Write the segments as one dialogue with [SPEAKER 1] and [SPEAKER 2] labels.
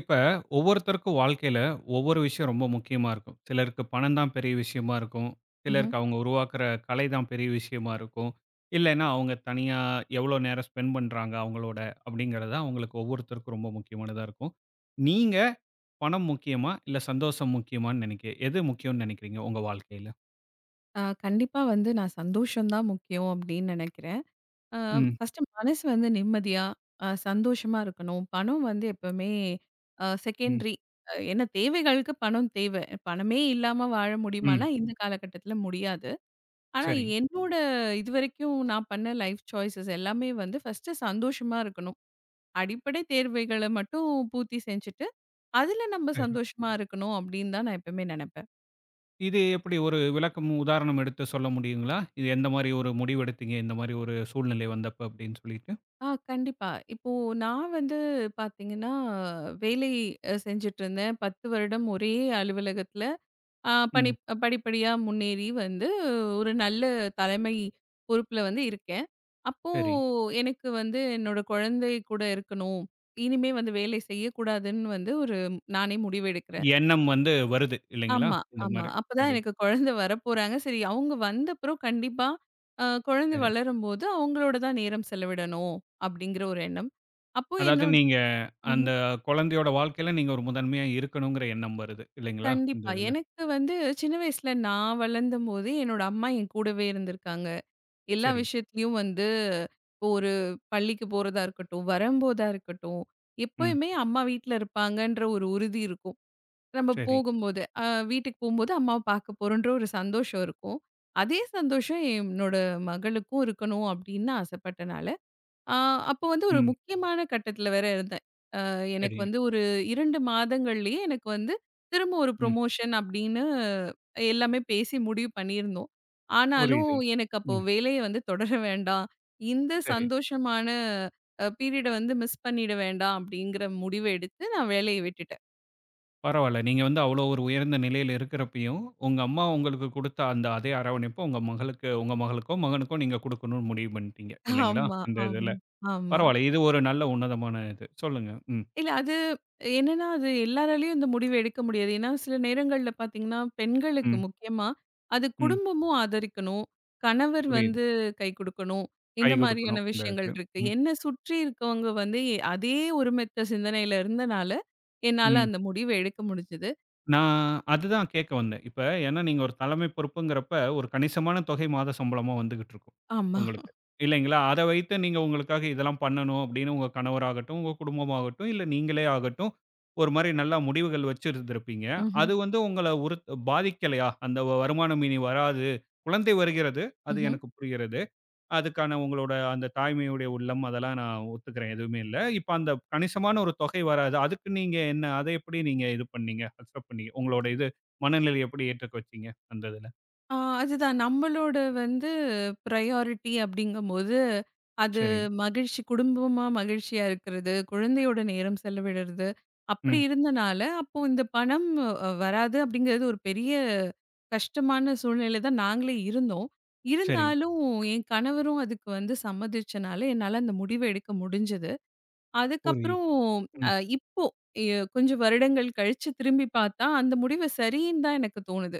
[SPEAKER 1] இப்ப ஒவ்வொருத்தருக்கும் வாழ்க்கையில ஒவ்வொரு விஷயம் ரொம்ப முக்கியமா இருக்கும். சிலருக்கு பணம் தான் பெரிய விஷயமா இருக்கும்.
[SPEAKER 2] ம்ஹ்ம்.
[SPEAKER 1] சிலருக்கு அவங்க உருவாக்குற கலை தான் பெரிய விஷயமா இருக்கும். இல்லைன்னா அவங்க தனியா எவ்வளோ நேரம் ஸ்பெண்ட் பண்றாங்க அவங்களோட அப்படிங்கிறது அவங்களுக்கு ஒவ்வொருத்தருக்கும் ரொம்ப முக்கியமானதா இருக்கும். நீங்க பணம் முக்கியமா? இல்ல சந்தோஷம் முக்கியமான்னு நினைக்க எது முக்கியம்னு நினைக்கிறீங்க உங்க வாழ்க்கையில?
[SPEAKER 2] கண்டிப்பா வந்து நான் சந்தோஷம் தான் முக்கியம் அப்படின்னு நினைக்கிறேன். அ
[SPEAKER 1] ம்,
[SPEAKER 2] ஃபர்ஸ்ட்டு மனசு வந்து நிம்மதியா, சந்தோஷமா இருக்கணும். பணம் வந்து எப்பவுமே
[SPEAKER 1] ம்,
[SPEAKER 2] செகண்டரி. ஏன்னா தேவைகளுக்கு பணம் தேவை. பணமே இல்லாம வாழ
[SPEAKER 1] ம்.
[SPEAKER 2] முடியுமான்னா, இந்த காலகட்டத்தில முடியாது. ஆனா
[SPEAKER 1] சரி,
[SPEAKER 2] என்னோட இதுவரைக்கும் நான் பண்ண லைஃப் சாய்ஸஸ் எல்லாமே வந்து ஃபர்ஸ்ட்டு சந்தோஷமா இருக்கணும். அடிப்படை தேர்வைகள மட்டும் பூர்த்தி செஞ்சுட்டு, அதில நம்ம
[SPEAKER 1] சரி.
[SPEAKER 2] சந்தோஷமா இருக்கணும் அப்படின்னு தான் நான் எப்பவுமே நினைப்பேன்.
[SPEAKER 1] இது எப்படி ஒரு விளக்கம் உதாரணம் எடுத்து சொல்ல முடியுங்களா? இது எந்த மாரி ஒரு முடிவு எடுத்தீங்க? இந்த மாரி ஒரு சூழ்நிலை வந்தப்ப அப்படின்னு சொல்லிட்டு?
[SPEAKER 2] கண்டிப்பா. இப்போ நான் வந்து பார்த்தீங்கன்னா, வேலை செஞ்சுட்டுருந்தேன். 10 வருடம் ஒரே அலுவலகத்தில பணி
[SPEAKER 1] ம்.
[SPEAKER 2] படிப்படியா முன்னேறி வந்து ஒரு நல்ல தலைமை பொறுப்புல வந்து இருக்கேன். அப்போ
[SPEAKER 1] சரி.
[SPEAKER 2] எனக்கு வந்து என்னோட குழந்தை கூட இருக்கணும். இனிமே வந்து வேலை செய்யக்கூடாதுன்னு வந்து ஒரு நானே முடிவு எடுக்கிறேன்.
[SPEAKER 1] எண்ணம் வந்து வருது இல்லைங்களா?
[SPEAKER 2] ஆமா,
[SPEAKER 1] இந்த
[SPEAKER 2] ஆமா.
[SPEAKER 1] மாரி.
[SPEAKER 2] அப்பதான்
[SPEAKER 1] சரி,
[SPEAKER 2] எனக்கு குழந்தை வரப்போறாங்க. சரி அவங்க வந்தப்புறம் கண்டிப்பா குழந்தை
[SPEAKER 1] சரி.
[SPEAKER 2] வளரும்போது அவங்களோட தான் நேரம் செலவிடணும் அப்படிங்கிற ஒரு எண்ணம். அப்போ
[SPEAKER 1] அதாவது
[SPEAKER 2] என்னோட
[SPEAKER 1] நீங்க அந்த
[SPEAKER 2] ம்ஹ்ம்.
[SPEAKER 1] குழந்தையோட வாழ்க்கையில நீங்க ஒரு முதன்மையா இருக்கணுங்கிற எண்ணம் வருது இல்லைங்களா? இந்த
[SPEAKER 2] கண்டிப்பா.
[SPEAKER 1] இதுல.
[SPEAKER 2] எனக்கு வந்து சின்ன வயசுல நான் வளர்ந்தம்போது என்னோட அம்மா என் கூடவே இருந்திருக்காங்க. எல்லா
[SPEAKER 1] சரி.
[SPEAKER 2] விஷயத்துலயும் வந்து இப்போ ஒரு பள்ளிக்கு போறதா இருக்கட்டும், வரம்போதா இருக்கட்டும்,
[SPEAKER 1] ம்.
[SPEAKER 2] எப்பயுமே அம்மா வீட்ல இருப்பாங்கன்ற ஒரு உறுதி இருக்கும். நம்ம
[SPEAKER 1] சரி.
[SPEAKER 2] போகும்போது, வீட்டுக்கு போம்போது அம்மாவ பார்க்க போறோன்ற ஒரு சந்தோஷம் இருக்கும். அதே சந்தோஷம் என்னோட மகளுக்கும் இருக்கணும் அப்படின்னு ஆசைப்பட்டனால, அ அப்போ வந்து ஒரு
[SPEAKER 1] ம்.
[SPEAKER 2] முக்கியமான கட்டத்தில வேற இருந்தேன். எனக்கு
[SPEAKER 1] சரி.
[SPEAKER 2] வந்து ஒரு 2 மாதங்கள்லயே எனக்கு வந்து திரும்ப ஒரு
[SPEAKER 1] ம்.
[SPEAKER 2] ப்ரொமோஷன் அப்படின்னு எல்லாமே பேசி முடிவு பண்ணியிருந்தோம். ஆனாலும்
[SPEAKER 1] புரியுது.
[SPEAKER 2] எனக்கு அப்போ
[SPEAKER 1] ம்.
[SPEAKER 2] வேலைய வந்து தொடர வேண்டாம். இந்த
[SPEAKER 1] சரி.
[SPEAKER 2] சந்தோஷமான பீரியட வந்து மிஸ் பண்ணிட வேண்டாம் அப்படிங்கிற முடிவ எடுத்து நான் வேலைய விட்டுட்டேன்.
[SPEAKER 1] பரவால்ல. நீங்க வந்து அவ்வளோ ஒரு உயர்ந்த நிலையில இருக்கிறப்பயும், உங்க அம்மா உங்களுக்கு குடுத்த அந்த அதே அரவணைப்ப உங்க மகளுக்கு உங்க மகளுக்கோ, மகனுக்கோ நீங்க குடுக்கணும்னு முடிவு பண்ணிட்டீங்க இல்லைங்களா?
[SPEAKER 2] ஆமா,
[SPEAKER 1] இந்த
[SPEAKER 2] ஆமா,
[SPEAKER 1] இதுல.
[SPEAKER 2] ஆமா.
[SPEAKER 1] பரவால்ல. இது ஒரு நல்ல உன்னதமான இது. சொல்லுங்க. ம்.
[SPEAKER 2] இல்ல அது என்னன்னா, அது எல்லாராலயும் இந்த முடிவு எடுக்க முடியாது. ஏன்னா, சில நேரங்கள்ல பார்த்தீங்கன்னா, பெண்களுக்கு
[SPEAKER 1] ம்.
[SPEAKER 2] முக்கியமா, அது
[SPEAKER 1] ம்.
[SPEAKER 2] குடும்பமும் ஆதரிக்கணும். கணவர்
[SPEAKER 1] புரியுது.
[SPEAKER 2] வந்து கை குடுக்கணும்.
[SPEAKER 1] கை
[SPEAKER 2] இந்த மாதிரியான
[SPEAKER 1] குடுக்கணும் இந்த
[SPEAKER 2] விஷயங்கள்
[SPEAKER 1] இதுக்கு.
[SPEAKER 2] இருக்கு. என்ன சுற்றி இருக்கவங்க வந்து அதே ஒருமித்த சிந்தனையில இருந்தனால, என்னால
[SPEAKER 1] ம்.
[SPEAKER 2] அந்த முடிவ எடுக்க முடிஞ்சது.
[SPEAKER 1] நான் அதுதான் கேட்க வந்தேன். இப்ப ஏன்னா நீங்க ஒரு தலைமை பொறுப்புங்கிறப்ப, ஒரு கணிசமான தொகை மாத சம்பளமா வந்துகிட்டு இருக்கும்,
[SPEAKER 2] ஆமா.
[SPEAKER 1] உங்களுக்கு. இல்லைங்களா? அத வைத்து நீங்க உங்களுக்காக இதெல்லாம் பண்ணணும் அப்படின்னு உங்க கணவராகட்டும், உங்க குடும்பமாகட்டும், இல்ல நீங்களே ஆகட்டும், ஒரு மாரி நல்லா முடிவுகள் வச்சிருந்திருப்பீங்க.
[SPEAKER 2] ம்ஹ்ம்.
[SPEAKER 1] அது வந்து உங்கள உறுத் பாதிக்கலையா? அந்த வருமானம் இனி வராது. குழந்தை வருகிறது. அது
[SPEAKER 2] ம்ஹ்ம்.
[SPEAKER 1] எனக்கு புரிகிறது. அதுக்கான உங்களோட அந்த தாய்மையுடைய உள்ளம் அதெல்லாம் நான் ஒத்துக்கிறேன். எதுவுமே இல்ல. இப்ப அந்த கணிசமான ஒரு தொகை வராது. அதுக்கு நீங்க என்ன அத எப்படி நீங்க இது பண்ணீங்க? அக்செப்ட் பண்ணீங்க? உங்களோட இது மனநிலை எப்படி ஏற்றுக்க வச்சீங்க? அந்த இதுல.
[SPEAKER 2] ஆ அதுதான் நம்மளோட வந்து ப்ரையாரிட்டி அப்படிங்கும்போது, அது
[SPEAKER 1] சரிங்க.
[SPEAKER 2] மகிழ்ச்சி குடும்பமா மகிழ்ச்சியா இருக்கிறது, குழந்தையோட நேரம் செலவிடுறது, அப்படி
[SPEAKER 1] ம்.
[SPEAKER 2] இருந்தனால, அப்போ இந்த பணம் வராது அப்படிங்கிறது ஒரு பெரிய கஷ்டமான சூழ்நிலையில தான் நாங்களே இருந்தோம்.
[SPEAKER 1] சரிங்க.
[SPEAKER 2] இருந்தாலும் என் கணவரும் அதுக்கு வந்து சம்மதிச்சனால, என்னால அந்த முடிவ எடுக்க முடிஞ்சது. அதுக்கப்புறம்
[SPEAKER 1] புரியுது. ம்.
[SPEAKER 2] அ இப்போ எ கொஞ்சம் வருடங்கள் கழிச்சு திரும்பி பார்த்தா, அந்த முடிவு சரின்னு தான் எனக்கு தோணுது.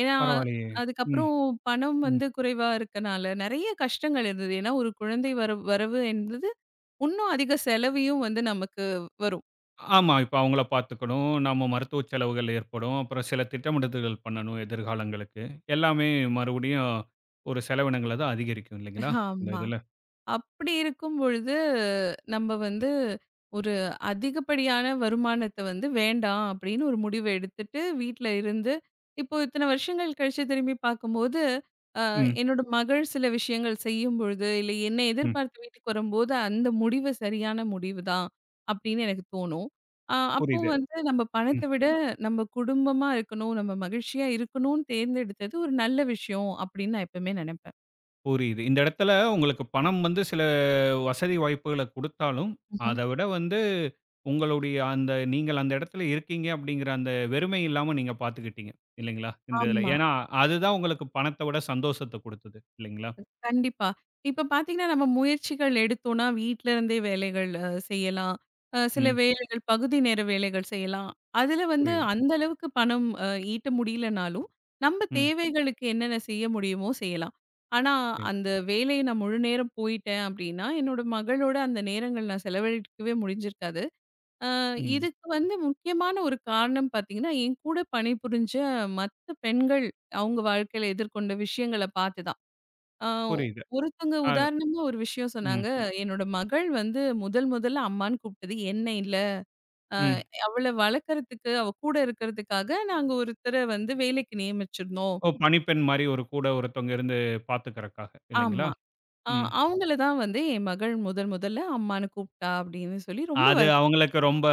[SPEAKER 2] ஏன்னா,
[SPEAKER 1] பரவாயில்லையே! ம்.
[SPEAKER 2] அதுக்கப்புறம் பணம்
[SPEAKER 1] ம்.
[SPEAKER 2] வந்து குறைவா இருக்கனால, நெறைய கஷ்டங்கள் இருந்தது. ஏன்னா, ஒரு குழந்தை வரவு வரவு என்பது இன்னும் அதிக செலவையும் வந்து நமக்கு வரும்.
[SPEAKER 1] ஆமா. இப்ப அவங்கள பார்த்துக்கணும். நம்ம மருத்துவ செலவுகள் ஏற்படும். அப்புறம் சில திட்டமிடுதல்கள் பண்ணணும் எதிர்காலங்களுக்கு. எல்லாமே மறுபடியும் ஒரு செலவினங்கள தான் அதிகரிக்கும் இல்லைங்களா? இந்த
[SPEAKER 2] ஆமா.
[SPEAKER 1] இதுல.
[SPEAKER 2] அப்படி இருக்கும் பொழுது, நம்ம வந்து ஒரு அதிகப்படியான வருமானத்த வந்து வேண்டாம் அப்படின்னு ஒரு முடிவு எடுத்துட்டு, வீட்ல இருந்து இப்போ இத்தன வருஷங்கள் கழிச்சு திரும்பி பார்க்கும்போது
[SPEAKER 1] ம்.
[SPEAKER 2] என்னோட மகள் சில விஷயங்கள் செய்யும் பொழுது, இல்ல என்னை
[SPEAKER 1] ம்.
[SPEAKER 2] எதிர்பார்த்து வீட்டுக்கு வரும்போது, அந்த முடிவு சரியான முடிவு தான் அப்படின்னு எனக்கு தோணும். அப்போ
[SPEAKER 1] புரியுது.
[SPEAKER 2] வந்து நம்ம
[SPEAKER 1] ம்.
[SPEAKER 2] பணத்த விட நம்ம குடும்பமா இருக்கணும், நம்ம மகிழ்ச்சியா இருக்கணும்னு தேர்ந்தெடுத்தது ஒரு நல்ல விஷயம் அப்படின்னு நான் எப்பவுமே நெனைப்பேன்.
[SPEAKER 1] புரியுது. இந்த இடத்துல உங்களுக்கு பணம் வந்து சில வசதி வாய்ப்புகள குடுத்தாலும்,
[SPEAKER 2] ம்ஹ்ம்.
[SPEAKER 1] அத விட வந்து உங்களுடைய அந்த நீங்கள் அந்த இடத்துல இருக்கீங்க அப்படிங்கிற அந்த வெறுமை இல்லாம நீங்க பார்த்துக்கிட்டீங்க. இல்லைங்களா? இந்த இதுல.
[SPEAKER 2] ஆமா.
[SPEAKER 1] ஏன்னா, அதுதான் உங்களுக்கு பணத்த விட சந்தோஷத்த குடுத்தது. இல்லைங்களா?
[SPEAKER 2] கண்டிப்பா. இப்ப பார்த்தீங்கன்னா, நம்ம முயற்சிகள் எடுத்தோம்னா, வீட்ல இருந்தே வேலைகள் செய்யலாம். சில
[SPEAKER 1] ம்.
[SPEAKER 2] வேலைகள் பகுதி நேர வேலைகள் செய்யலாம். அதுல வந்து
[SPEAKER 1] புரியுது.
[SPEAKER 2] அந்த அளவுக்கு பணம் ஈட்ட முடியலனாலும், நம்ம
[SPEAKER 1] ம்.
[SPEAKER 2] தேவைகளுக்கு என்னென்ன செய்ய முடியுமோ செய்யலாம். ஆனா,
[SPEAKER 1] புரியுது.
[SPEAKER 2] அந்த வேலைய நான் முழு நேரம் போயிட்டேன் அப்படின்னா, என்னோட மகளோட அந்த நேரங்கள் நான் செலவழிக்கவே முடிஞ்சிருக்காது. அ
[SPEAKER 1] ம்.
[SPEAKER 2] இதுக்கு வந்து முக்கியமான ஒரு காரணம் பார்த்தீங்கன்னா, என் கூட பணிபுரிஞ்ச மத்த பெண்கள் அவங்க வாழ்க்கையில எதிர்கொண்ட விஷயங்கள பார்த்து தான். ஆ
[SPEAKER 1] புரியுது.
[SPEAKER 2] ஒருத்தவங்க
[SPEAKER 1] அது
[SPEAKER 2] உதாரணமா ஒரு விஷயம்
[SPEAKER 1] ம்.
[SPEAKER 2] சொன்னாங்க. என்னோட மகள் வந்து முதல் முதல்ல அம்மான்னு கூப்பிட்டது என்ன இல்ல. அ
[SPEAKER 1] ம்.
[SPEAKER 2] அவள வளர்க்கறதுக்கு, அவ கூட இருக்கிறதுக்காக நாங்க ஒருத்தர வந்து வேலைக்கு நியமிச்சிருந்தோம்.
[SPEAKER 1] ஓ! பணிப்பெண் மாரி ஒரு கூட ஒருத்தவங்க இருந்து பார்த்துக்கறக்காக. இல்லைங்களா?
[SPEAKER 2] ஆமா. அ
[SPEAKER 1] ம்.
[SPEAKER 2] அவங்கள தான் வந்து என் மகள் முதல் முதல்ல அம்மான்னு கூப்பிட்டா அப்படின்னு சொல்லி ரொம்ப
[SPEAKER 1] அது அவங்களுக்கு ரொம்ப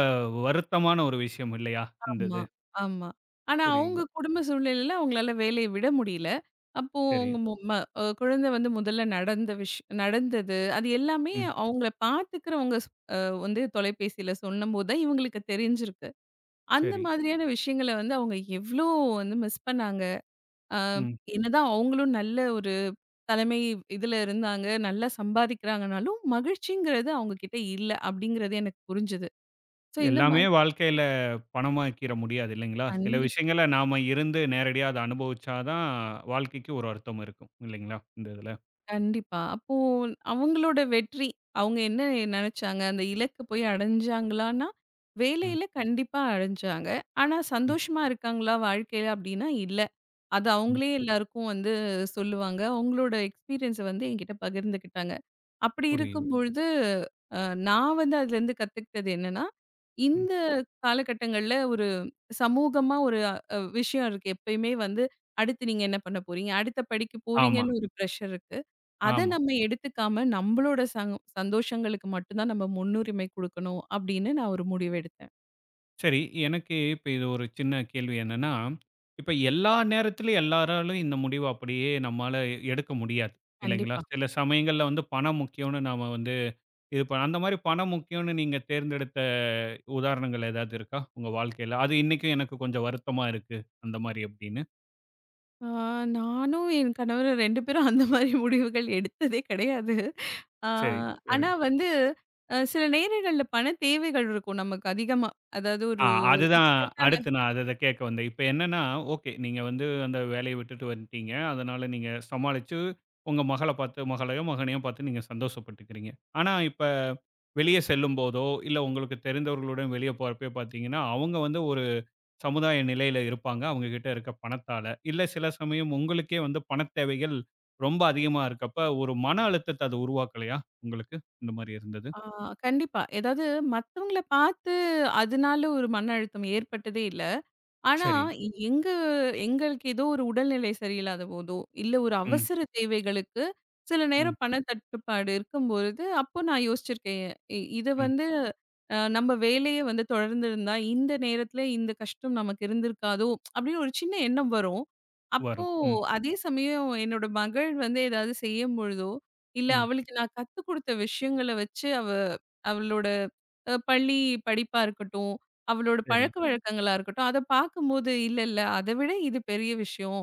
[SPEAKER 1] வருத்தமான ஒரு விஷயம் இல்லையா? இந்த
[SPEAKER 2] ஆமா,
[SPEAKER 1] இது.
[SPEAKER 2] ஆமா. ஆனா அவங்க
[SPEAKER 1] புரியுது.
[SPEAKER 2] குடும்ப சூழ்நிலையில அவங்களால வேலைய விட முடியல. அப்போ
[SPEAKER 1] சரி.
[SPEAKER 2] அவங்க மு ம குழந்தை வந்து முதல்ல நடந்த நடந்தது. அது எல்லாமே
[SPEAKER 1] ம்.
[SPEAKER 2] அவங்கள பார்த்துக்கிறவங்க அ வந்து தொலைபேசியில சொன்னம்போது தான் இவங்களுக்கு தெரிஞ்சிருக்கு. அந்த
[SPEAKER 1] சரி.
[SPEAKER 2] மாதிரியான விஷயங்கள வந்து அவங்க எவ்ளோ வந்து மிஸ் பண்ணாங்க. அ
[SPEAKER 1] ம்.
[SPEAKER 2] என்னதான் அவங்களும் நல்ல ஒரு தலைமை இதுல இருந்தாங்க. நல்லா சம்பாதிக்கிறாங்கனாலும், மகிழ்ச்சிங்கிறது அவங்க கிட்ட இல்ல. அப்படிங்கிறது எனக்கு புரிஞ்சது. ஸோ இந்த
[SPEAKER 1] எல்லாமே
[SPEAKER 2] மாரி
[SPEAKER 1] வாழ்க்கையில பணமாக்கிற முடியாது இல்லைங்களா? சில
[SPEAKER 2] கண்டிப்பா.
[SPEAKER 1] விஷயங்கள நாம இருந்து நேரடியா அத அனுபவிச்சா தான் வாழ்க்கைக்கு ஒரு அர்த்தம் இருக்கும் இல்லைங்களா? இந்த இதுல.
[SPEAKER 2] கண்டிப்பா. அப்போ அவங்களோட வெற்றி, அவங்க என்ன நெனச்சாங்க? அந்த இலக்க போய் அடைஞ்சாங்களான்னா,
[SPEAKER 1] ம்,
[SPEAKER 2] வேலையில கண்டிப்பா அடைஞ்சாங்க. ஆனா
[SPEAKER 1] ம்,
[SPEAKER 2] சந்தோஷமா இருக்காங்களா வாழ்க்கையில? அப்டின்னா இல்ல. அது
[SPEAKER 1] ம்.
[SPEAKER 2] அவங்களே எல்லாருக்கும் வந்து சொல்லுவாங்க. அவங்களோட எக்ஸ்பீரியன்ஸ வந்து என்கிட்ட பகிர்ந்துக்கிட்டாங்க. அப்படி
[SPEAKER 1] புரியுது.
[SPEAKER 2] இருக்கும் பொழுது, அ நான் வந்து அதுலருந்து கத்துக்கிட்டது என்னன்னா,
[SPEAKER 1] ம்.
[SPEAKER 2] இந்த காலகட்டங்கள்ல ஒரு சமூகமா ஒரு விஷயம் இருக்கு. எப்பயுமே வந்து அடுத்து நீங்க என்ன பண்ண போறீங்க? அடுத்த படிக்கு
[SPEAKER 1] ஆமா,
[SPEAKER 2] போறீங்கன்னு ஒரு பிரஷர் இருக்கு. அத
[SPEAKER 1] ஆமா.
[SPEAKER 2] நம்ம எடுத்துக்காம நம்மளோட சந்தோஷங்களுக்கு மட்டும் தான் நம்ம முன்னுரிமை குடுக்கணும் அப்படின்னு நான் ஒரு முடிவு எடுத்தேன்.
[SPEAKER 1] சரி எனக்கு இப்ப இது ஒரு சின்ன கேள்வி என்னன்னா, இப்ப எல்லா நேரத்திலும் எல்லாராலும் இந்த முடிவ அப்படியே நம்மால எடுக்க முடியாது இல்லைங்களா?
[SPEAKER 2] கண்டிப்பா.
[SPEAKER 1] சில சமயங்கள்ல வந்து பணம் முக்கியம்னு நாம வந்து இது இப்ப அந்த மாரி பணம் முக்கியம்னு நீங்க தேர்ந்தெடுத்த உதாரணங்கள் ஏதாவது இருக்கா? உங்க வாழ்க்கையில? அது இன்னைக்கும் எனக்கு கொஞ்சம் வருத்தமா இருக்கு. அந்த மாரி அப்படின்னு.
[SPEAKER 2] ஆ, நானும் என் கணவரும் 2 பேரும் அந்த மாரி முடிவுகள் எடுத்ததே கிடையாது. ஆ,
[SPEAKER 1] சரி,
[SPEAKER 2] ம்.
[SPEAKER 1] சரி.
[SPEAKER 2] ஆனா வந்து சில நேரங்கள்ல பண தேவைகள் இருக்கும் நமக்கு அதிகமா. அதாவது
[SPEAKER 1] ஆ
[SPEAKER 2] ஒரு
[SPEAKER 1] அதுதான்
[SPEAKER 2] இக்கட்டான
[SPEAKER 1] அடுத்து நான் அத அத கேட்க வந்தேன். இப்ப என்னன்னா, ஓகே நீங்க வந்து அந்த வேலைய விட்டுட்டு வந்துட்டீங்க. அதனால நீங்க சமாளிச்சு உங்க மகள பார்த்து மகளையோ, மகனையோ பார்த்து நீங்க சந்தோஷப்பட்டுக்கிறீங்க. ஆனா இப்ப வெளிய செல்லும்போதோ, இல்ல உங்களுக்கு தெரிந்தவர்களுடன் வெளிய போறப்பயோ பார்த்தீங்கன்னா, அவங்க வந்து சமுதாய நிலையில இருப்பாங்க. அவங்க கிட்ட இருக்க பணத்தால. இல்ல சில சமயம் உங்களுக்கே வந்து பணத் தேவைகள் ரொம்ப அதிகமா இருக்கப்ப, ஒரு மன அழுத்தத்த அது உருவாக்கலையா உங்களுக்கு? இந்த மாரி இருந்தது.
[SPEAKER 2] ஆ கண்டிப்பா. ஏதாவது மத்தவங்கள பார்த்து அதனால ஒரு மன அழுத்தம் ஏற்பட்டதே இல்ல. ஆனா,
[SPEAKER 1] சரி.
[SPEAKER 2] எங்க எங்களுக்கு ஏதோ ஒரு உடல்நிலை சரியில்லாத போதோ, இல்ல ஒரு
[SPEAKER 1] ம்,
[SPEAKER 2] அவசர தேவைகளுக்கு சில
[SPEAKER 1] ம்,
[SPEAKER 2] நேரம் பண தட்டுப்பாடு இருக்கும்பொழுது, அப்போ நான் யோசிச்சிருக்கேன். இத
[SPEAKER 1] ம்.
[SPEAKER 2] வந்து நம்ம வேலைய வந்து தொடர்ந்திருந்தா, இந்த நேரத்துல இந்த கஷ்டம் நமக்கு இருந்திருக்காதோ! அப்படின்னு ஒரு சின்ன எண்ணம் வரும். அப்போ
[SPEAKER 1] வரும். ம்,
[SPEAKER 2] அதே சமயம் என்னோட மகள் வந்து ஏதாவது செய்யும் பொழுதோ, இல்ல
[SPEAKER 1] ம்.
[SPEAKER 2] அவளுக்கு நான் கத்துக் குடுத்த விஷயங்கள வச்சு அவ அவளோட பள்ளி படிப்பா இருக்கட்டும், அவளோட ம்.
[SPEAKER 1] சரி.
[SPEAKER 2] பழக்கவழக்கங்களா இருக்கட்டும், அத பார்க்கும்போது, இல்ல, இல்ல அத விட இது பெரிய விஷயம்.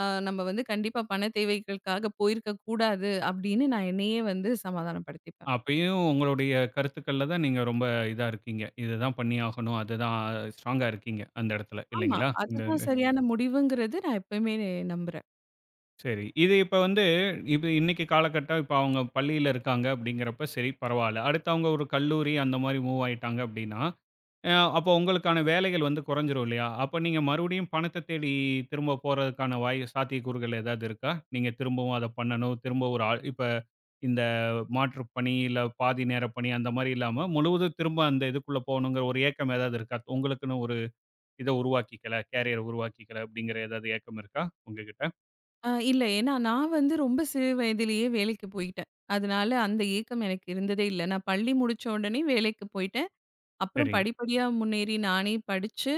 [SPEAKER 2] நம்ம வந்து கண்டிப்பா பண தேவைகளுக்காக போயிருக்க கூடாது அப்படின்னு நான் என்னையே வந்து சமாதானப்படுத்திப்பேன்.
[SPEAKER 1] அப்பயும் உங்களுடைய கருத்துக்கள்ல தான் நீங்க ரொம்ப இதா இருக்கீங்க. இதுதான் பண்ணி ஆகணும். அதுதான் ஸ்ட்ராங்கா இருக்கீங்க அந்த இடத்துல.
[SPEAKER 2] ஆமா.
[SPEAKER 1] இல்லைங்களா? இந்த
[SPEAKER 2] அதுதான்
[SPEAKER 1] இதுல.
[SPEAKER 2] சரியான முடிவுங்கிறது நான் எப்பவுமே நம்புறேன்.
[SPEAKER 1] சரி. இது இப்ப வந்து இது இன்னைக்கு காலகட்டம் இப்ப அவங்க பள்ளியில இருக்காங்க அப்படிங்கிறப்ப சரி பரவால்ல. அடுத்து அவங்க ஒரு கல்லூரி அந்த மாரி மூவ் ஆயிட்டாங்க அப்படின்னா, அ அப்போ உங்களுக்கான வேலைகள் வந்து குறைஞ்சிரும் இல்லையா? அப்ப நீங்க மறுபடியும் பணத்த தேடி திரும்ப போறதுக்கான வாய் சாத்தியக்கூறுகள் ஏதாவது இருக்கா? நீங்க திரும்பவும் அத பண்ணணும். திரும்ப ஒரு ஆள் இப்ப இந்த மாற்றுப் பணி, இல்ல பாதி நேர பணி அந்த மாரி இல்லாம முழுவதும் திரும்ப அந்த இதுக்குள்ள போகணுங்கிற ஒரு ஏக்கம் ஏதாவது இருக்கா? உங்களுக்குன்னு ஒரு இத உருவாக்கிக்கல, கேரியர் உருவாக்கிக்கல அப்படிங்கிற ஏதாவது ஏக்கம் இருக்கா உங்ககிட்ட?
[SPEAKER 2] இல்ல ஏன்னா நான் வந்து ரொம்ப சிறு வயதிலேயே வேலைக்கு போயிட்டேன். அதனால அந்த ஏக்கம் எனக்கு இருந்ததே இல்ல. நான் பள்ளி முடிச்ச உடனே வேலைக்கு போயிட்டேன். அப்புறம்
[SPEAKER 1] சரி.
[SPEAKER 2] படிப்படியா முன்னேறி நானே படிச்சு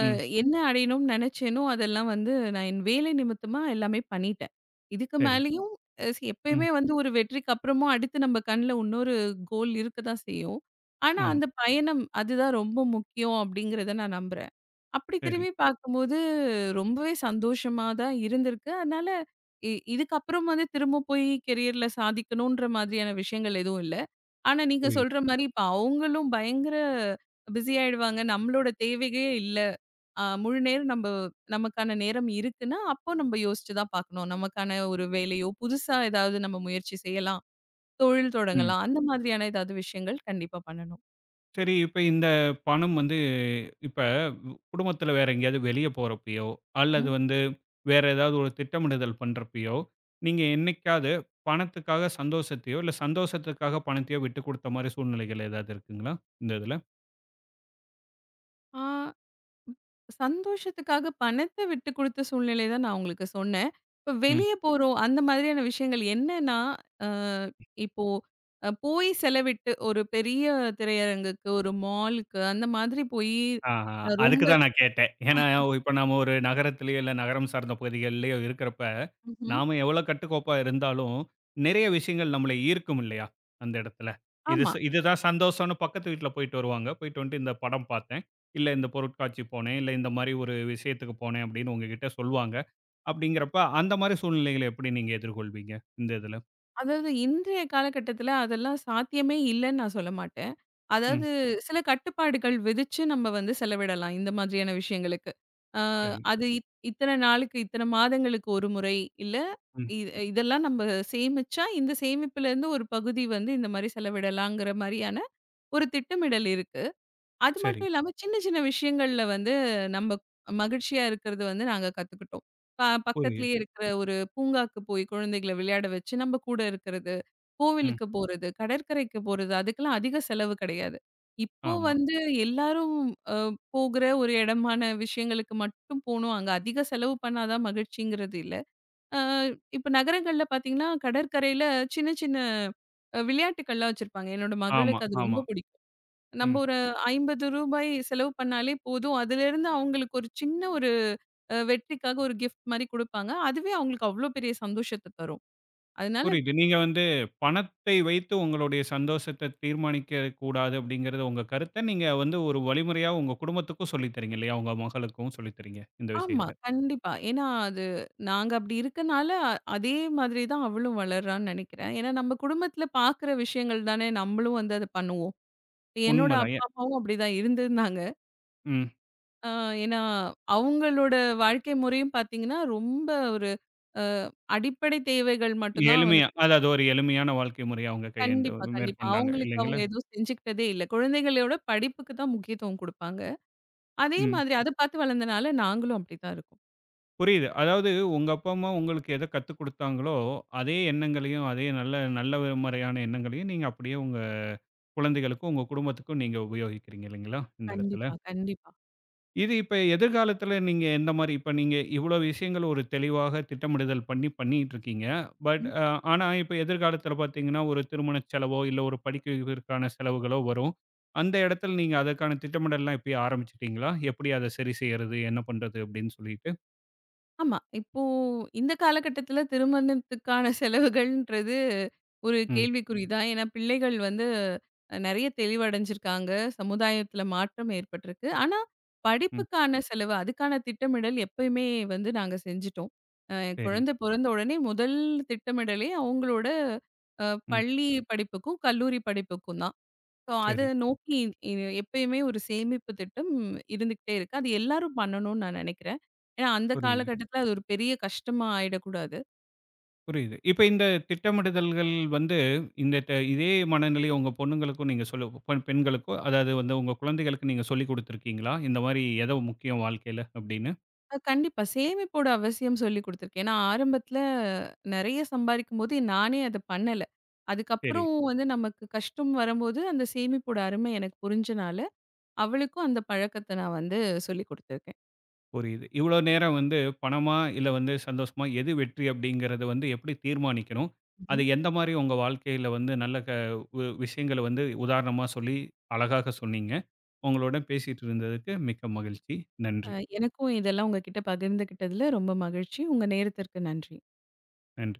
[SPEAKER 1] ம்.
[SPEAKER 2] என்ன அடையணும்னு நெனச்சேனோ, அதெல்லாம் வந்து நான் என் வேலை நிமித்தமா எல்லாமே பண்ணிட்டேன். இதுக்கு
[SPEAKER 1] சரி.
[SPEAKER 2] மேலயும் அ சி
[SPEAKER 1] ம்.
[SPEAKER 2] எப்பயுமே வந்து ஒரு வெற்றிக்கு அப்புறமும் அடுத்து நம்ம கண்ல இன்னொரு கோல் இருக்க தான் செய்யும். ஆனா,
[SPEAKER 1] ஆமா.
[SPEAKER 2] அந்த பயணம் அதுதான் ரொம்ப முக்கியம் அப்படிங்கிறத நான் நம்புறேன். அப்படி
[SPEAKER 1] சரி.
[SPEAKER 2] திரும்பி பார்க்கும்போது ரொம்பவே சந்தோஷமா தான் இருந்திருக்கு. அதனால இதுக்கப்புறம் வந்து திரும்ப போய் கெரியர்ல சாதிக்கணுன்ற மாதிரியான விஷயங்கள் எதுவும் இல்ல. ஆனா, நீங்க
[SPEAKER 1] புரியுது.
[SPEAKER 2] சொல்ற மாரி இப்ப அவங்களும் பயங்கர பிஸி ஆயிடுவாங்க. நம்மளோட தேவையே இல்ல. முழு நேரம் நமக்கான நேரம் இருக்குன்னா, அப்போ நம்ப யோசிச்சு தான் பார்க்கணும். நமக்கான ஒரு வேலையோ, புதுசா ஏதாவது நம்ம முயற்சி செய்யலாம். தொழில்
[SPEAKER 1] ம்.
[SPEAKER 2] தொடங்கலாம். அந்த மாதிரியான ஏதாவது விஷயங்கள் கண்டிப்பா பண்ணணும்.
[SPEAKER 1] சரி, இப்ப இந்த பணம் வந்து இப்ப குடும்பத்துல வேற எங்கேயாவது வெளிய போறப்பயோ, அல்லது
[SPEAKER 2] ம்.
[SPEAKER 1] வந்து வேற ஏதாவது ஒரு திட்டமிடுதல் பண்றப்பயோ, நீங்க என்னைக்காவது பணத்துக்காக சந்தோஷத்தையோ, இல்ல சந்தோஷத்துக்காக பணத்தையோ விட்டுக் குடுத்த மாரி சூழ்நிலைகள் ஏதாவது இருக்குங்களா? இந்த இதுல?
[SPEAKER 2] ஆ சந்தோஷத்துக்காக பணத்த விட்டு குடுத்த சூழ்நிலை தான் நான் உங்களுக்கு சொன்னேன். இப்ப வெளிய போறோம். அந்த மாதிரியான விஷயங்கள் என்னன்னா, அ இப்போ போய் செலவிட்டு ஒரு பெரிய திரையரங்குக்கு, ஒரு மாலுக்கு அந்த மாதிரி போயி
[SPEAKER 1] ஆஹா.
[SPEAKER 2] அ
[SPEAKER 1] அதுக்கு
[SPEAKER 2] ரொம்ப
[SPEAKER 1] தான் நான் கேட்டேன். ஏன்னா, இப்ப நாம ஒரு நகரத்திலயோ, இல்ல நகரம் சார்ந்த பகுதிகள்லயோ இருக்கிறப்ப,
[SPEAKER 2] ம்ஹ்ம்.
[SPEAKER 1] நாம எவ்வளோ கட்டுக்கோப்பா இருந்தாலும், நிறைய விஷயங்கள் நம்மள ஈர்க்கும் இல்லையா? அந்த இடத்துல. இது
[SPEAKER 2] ஆமா.
[SPEAKER 1] இதுதான் சந்தோஷம்னு பக்கத்து வீட்ல போயிட்டு வருவாங்க. போயிட்டு வந்துட்டு இந்த படம் பார்த்தேன். இல்ல இந்த பொருட்காட்சி போனேன். இல்ல இந்த மாரி ஒரு விஷயத்துக்கு போனேன் அப்படின்னு உங்ககிட்ட சொல்லுவாங்க. அப்படிங்கிறப்ப அந்த மாரி சூழ்நிலைகள எப்படி நீங்க எதிர்கொள்வீங்க? இந்த இதுல.
[SPEAKER 2] அதாவது இன்றைய காலகட்டத்துல அதெல்லாம் சாத்தியமே இல்லன்னு நான் சொல்ல மாட்டேன்.
[SPEAKER 1] ம்.
[SPEAKER 2] அதாவது சில கட்டுப்பாடுகள் விதிச்சு நம்ம வந்து செலவிடலாம். இந்த மாதிரியான விஷயங்களுக்கு. அ
[SPEAKER 1] சரி.
[SPEAKER 2] அது இத்தன நாளுக்கு, இத்தன மாதங்களுக்கு ஒரு முறை இல்ல
[SPEAKER 1] ம்.
[SPEAKER 2] இ இதெல்லாம் நம்ம சேமிச்சா, இந்த சேமிப்புலேருந்து ஒரு பகுதி வந்து இந்த மாரி செலவிடலாங்கிற மாரியான ஒரு திட்டமிடல் இருக்கு. அது
[SPEAKER 1] சரி.
[SPEAKER 2] மட்டும் இல்லாம சின்ன சின்ன விஷயங்கள்ல வந்து நம்ம மகிழ்ச்சியா இருக்கிறது வந்து நாங்க கத்துக்கிட்டோம். பக்கத்திலேயே
[SPEAKER 1] புரியுது.
[SPEAKER 2] இருக்கிற ஒரு பூங்காக்கு போய் குழந்தைகள விளையாட வச்சு நம்ம கூட இருக்கிறது,
[SPEAKER 1] ம்.
[SPEAKER 2] கோவிலுக்கு போறது, கடற்கரைக்கு போறது, அதுக்கெல்லாம் அதிக செலவு கிடையாது. இப்போ
[SPEAKER 1] ஆமா.
[SPEAKER 2] வந்து எல்லாரும் அ போகிற ஒரு இடமான விஷயங்களுக்கு மட்டும் போணும். அங்க அதிக செலவு பண்ணா தான் மகிழ்ச்சிங்கிறது இல்ல. அ இப்ப நகரங்கள்ல பார்த்தீங்கன்னா, கடற்கரையில சின்ன சின்ன விளையாட்டுக்கள்லாம் வச்சிருப்பாங்க. என்னோட
[SPEAKER 1] ஆமா,
[SPEAKER 2] மகளுக்கு அது
[SPEAKER 1] ஆமா.
[SPEAKER 2] ரொம்ப பிடிக்கும். நம்ம
[SPEAKER 1] ம்.
[SPEAKER 2] ஒரு ரூ. 50 செலவு பண்ணாலே போதும். அதிலிருந்து அவங்களுக்கு ஒரு சின்ன ஒரு வெற்றிக்காக ஒரு கிஃப்ட் மாரி குடுப்பாங்க. அதுவே அவங்களுக்கு அவ்ளோ பெரிய சந்தோஷத்த தரும். அதனால
[SPEAKER 1] புரியுது. நீங்க வந்து பணத்தை வைத்து உங்களுடைய சந்தோஷத்த தீர்மானிக்க கூடாது அப்படிங்கிறது உங்க கருத்த. நீங்க வந்து ஒரு வழிமுறையா உங்க குடும்பத்துக்கும் சொல்லித் தர்றீங்க இல்லையா? உங்க மகளுக்கும் சொல்லித் தர்றீங்க இந்த
[SPEAKER 2] ஆமா,
[SPEAKER 1] விஷயத்த.
[SPEAKER 2] கண்டிப்பா. ஏன்னா அது நாங்க அப்படி இருக்கனால, அதே மாதிரி தான் அவளும் வளர்றான்னு நெனைக்கிறேன். ஏன்னா நம்ம குடும்பத்தில பார்க்குற விஷயங்கள் தானே நம்மளும் வந்து அத பண்ணுவோம். என்னோட
[SPEAKER 1] உண்மதான்.
[SPEAKER 2] அப்பா,
[SPEAKER 1] ஏன்
[SPEAKER 2] அம்மாவும் அப்படிதான் இருந்திருந்தாங்க.
[SPEAKER 1] ம்.
[SPEAKER 2] அ ஏன்னா அவங்களோட வாழ்க்கை முறையும் பார்த்தீங்கன்னா, ரொம்ப ஒரு அ அடிப்படை தேவைகள் மட்டும் தான் வந்து
[SPEAKER 1] எளிமையா அதாவது ஒரு எளிமையான வாழ்க்கை முறைய அவங்க கையாண்டு
[SPEAKER 2] கண்டிப்பா, கண்டிப்பா.
[SPEAKER 1] மேற்கொண்டாங்க
[SPEAKER 2] அவங்களுக்கு அவங்க
[SPEAKER 1] இல்லைங்களா?
[SPEAKER 2] எதுவும் செஞ்சுக்கிட்டதே இல்ல. குழந்தைகளோட படிப்புக்கு தான் முக்கியத்துவம் குடுப்பாங்க. அதே
[SPEAKER 1] ம்.
[SPEAKER 2] மாதிரி அத பார்த்து வளர்ந்தனால நாங்களும் அப்படித்தான் இருக்கோம்.
[SPEAKER 1] புரியுது. அதாவது உங்க அப்பா, அம்மா உங்களுக்கு எத கத்துக் குடுத்தாங்களோ, அதே எண்ணங்களையும், அதே நல்ல நல்ல முறையான எண்ணங்களையும் நீங்க அப்படியே உங்க குழந்தைகளுக்கும், உங்க குடும்பத்துக்கும் நீங்க உபயோகிக்கிறீங்க இல்லைங்களா? இந்த இடத்துல.
[SPEAKER 2] கண்டிப்பா, கண்டிப்பா.
[SPEAKER 1] இது இப்ப எதிர்காலத்துல நீங்க எந்த மாரி இப்ப நீங்க இவ்ளோ விஷயங்கள் ஒரு தெளிவாக திட்டமிடுதல் பண்ணி பண்ணிட்டு இருக்கீங்க. பட் அ ஆனா இப்ப எதிர்காலத்துல பார்த்தீங்கன்னா, ஒரு திருமணச் செலவோ, இல்ல ஒரு படிக்க வைப்பதற்கான செலவுகளோ வரும். அந்த இடத்துல நீங்க அதற்கான திட்டமிடல்லாம் இப்பயே ஆரம்பிச்சுட்டீங்களா? எப்படி அத சரி செய்யறது? என்ன பண்றது? அப்படின்னு சொல்லிட்டு.
[SPEAKER 2] ஆமா. இப்போ இந்த காலகட்டத்தில திருமணத்துக்கான செலவுகள்ன்றது ஒரு
[SPEAKER 1] ம்,
[SPEAKER 2] கேள்விக்குறி தான். ஏன்னா பிள்ளைகள் வந்து நெறைய தெளிவடைஞ்சிருக்காங்க. சமுதாயத்தில மாற்றம் ஏற்பட்டிருக்கு. ஆனா
[SPEAKER 1] ம்.
[SPEAKER 2] படிப்புக்கான செலவு, அதுக்கான திட்டமிடல் எப்பயுமே வந்து நாங்க செஞ்சுட்டோம். என்
[SPEAKER 1] சரி.
[SPEAKER 2] குழந்தை பொறந்த உடனே முதல் திட்டமிடலே அவங்களோட அ
[SPEAKER 1] ம்.
[SPEAKER 2] பள்ளி படிப்புக்கும், கல்லூரி படிப்புக்கும் தான். ஸோ, அத
[SPEAKER 1] சரி.
[SPEAKER 2] நோக்கி இ எப்பயுமே ஒரு சேமிப்பு திட்டம் இருந்துகிட்டே இருக்கு. அது எல்லாரும் பண்ணணும்னு நான் நெனைக்கிறேன். ஏன்னா, அந்த
[SPEAKER 1] புரியுது.
[SPEAKER 2] காலகட்டத்தில அது ஒரு பெரிய கஷ்டமா ஆயிடக்கூடாது.
[SPEAKER 1] புரியுது. இப்ப இந்த திட்டமிடுதல்கள் வந்து இந்த ட இதே மனநிலை உங்க பொண்ணுங்களுக்கும் நீங்க சொல்லு பெண் பெண்களுக்கோ அதாவது வந்து உங்க குழந்தைகளுக்கு நீங்க சொல்லிக் குடுத்துருக்கீங்களா? இந்த மாரி எதோ முக்கியம் வாழ்க்கையில அப்படின்னு.
[SPEAKER 2] கண்டிப்பா சேமிப்போட அவசியம் சொல்லிக் குடுத்துருக்கேன். ஏன்னா, ஆரம்பத்தில நெறைய சம்பாரிக்கும்போது நானே அத பண்ணல.
[SPEAKER 1] சரி,
[SPEAKER 2] அதுக்கப்புறம் வந்து நமக்கு கஷ்டம் வரும்போது, அந்த சேமிப்போட அருமை எனக்கு புரிஞ்சனால, அவளுக்கும் அந்த பழக்கத்த நான் வந்து சொல்லிக் குடுத்துருக்கேன்.
[SPEAKER 1] புரியுது. இவ்வளோ நேரம் வந்து பணமா, இல்ல வந்து சந்தோஷமா எது வெற்றி அப்படிங்கிறத வந்து எப்படி தீர்மானிக்கணும்?
[SPEAKER 2] ம்ஹ்ம்.
[SPEAKER 1] அது எந்த மாரி உங்க வாழ்க்கையில வந்து நல்ல க வு விஷயங்கள வந்து உதாரணமா சொல்லி அழகாக சொன்னீங்க. உங்களுடன் பேசிட்டு இருந்ததுக்கு மிக்க மகிழ்ச்சி.
[SPEAKER 2] அ
[SPEAKER 1] நன்றி.
[SPEAKER 2] எனக்கும் இதெல்லாம் உங்ககிட்ட பகிர்ந்துகிட்டதில ரொம்ப மகிழ்ச்சி. உங்க நேரத்திற்கு நன்றி.
[SPEAKER 1] நன்றி.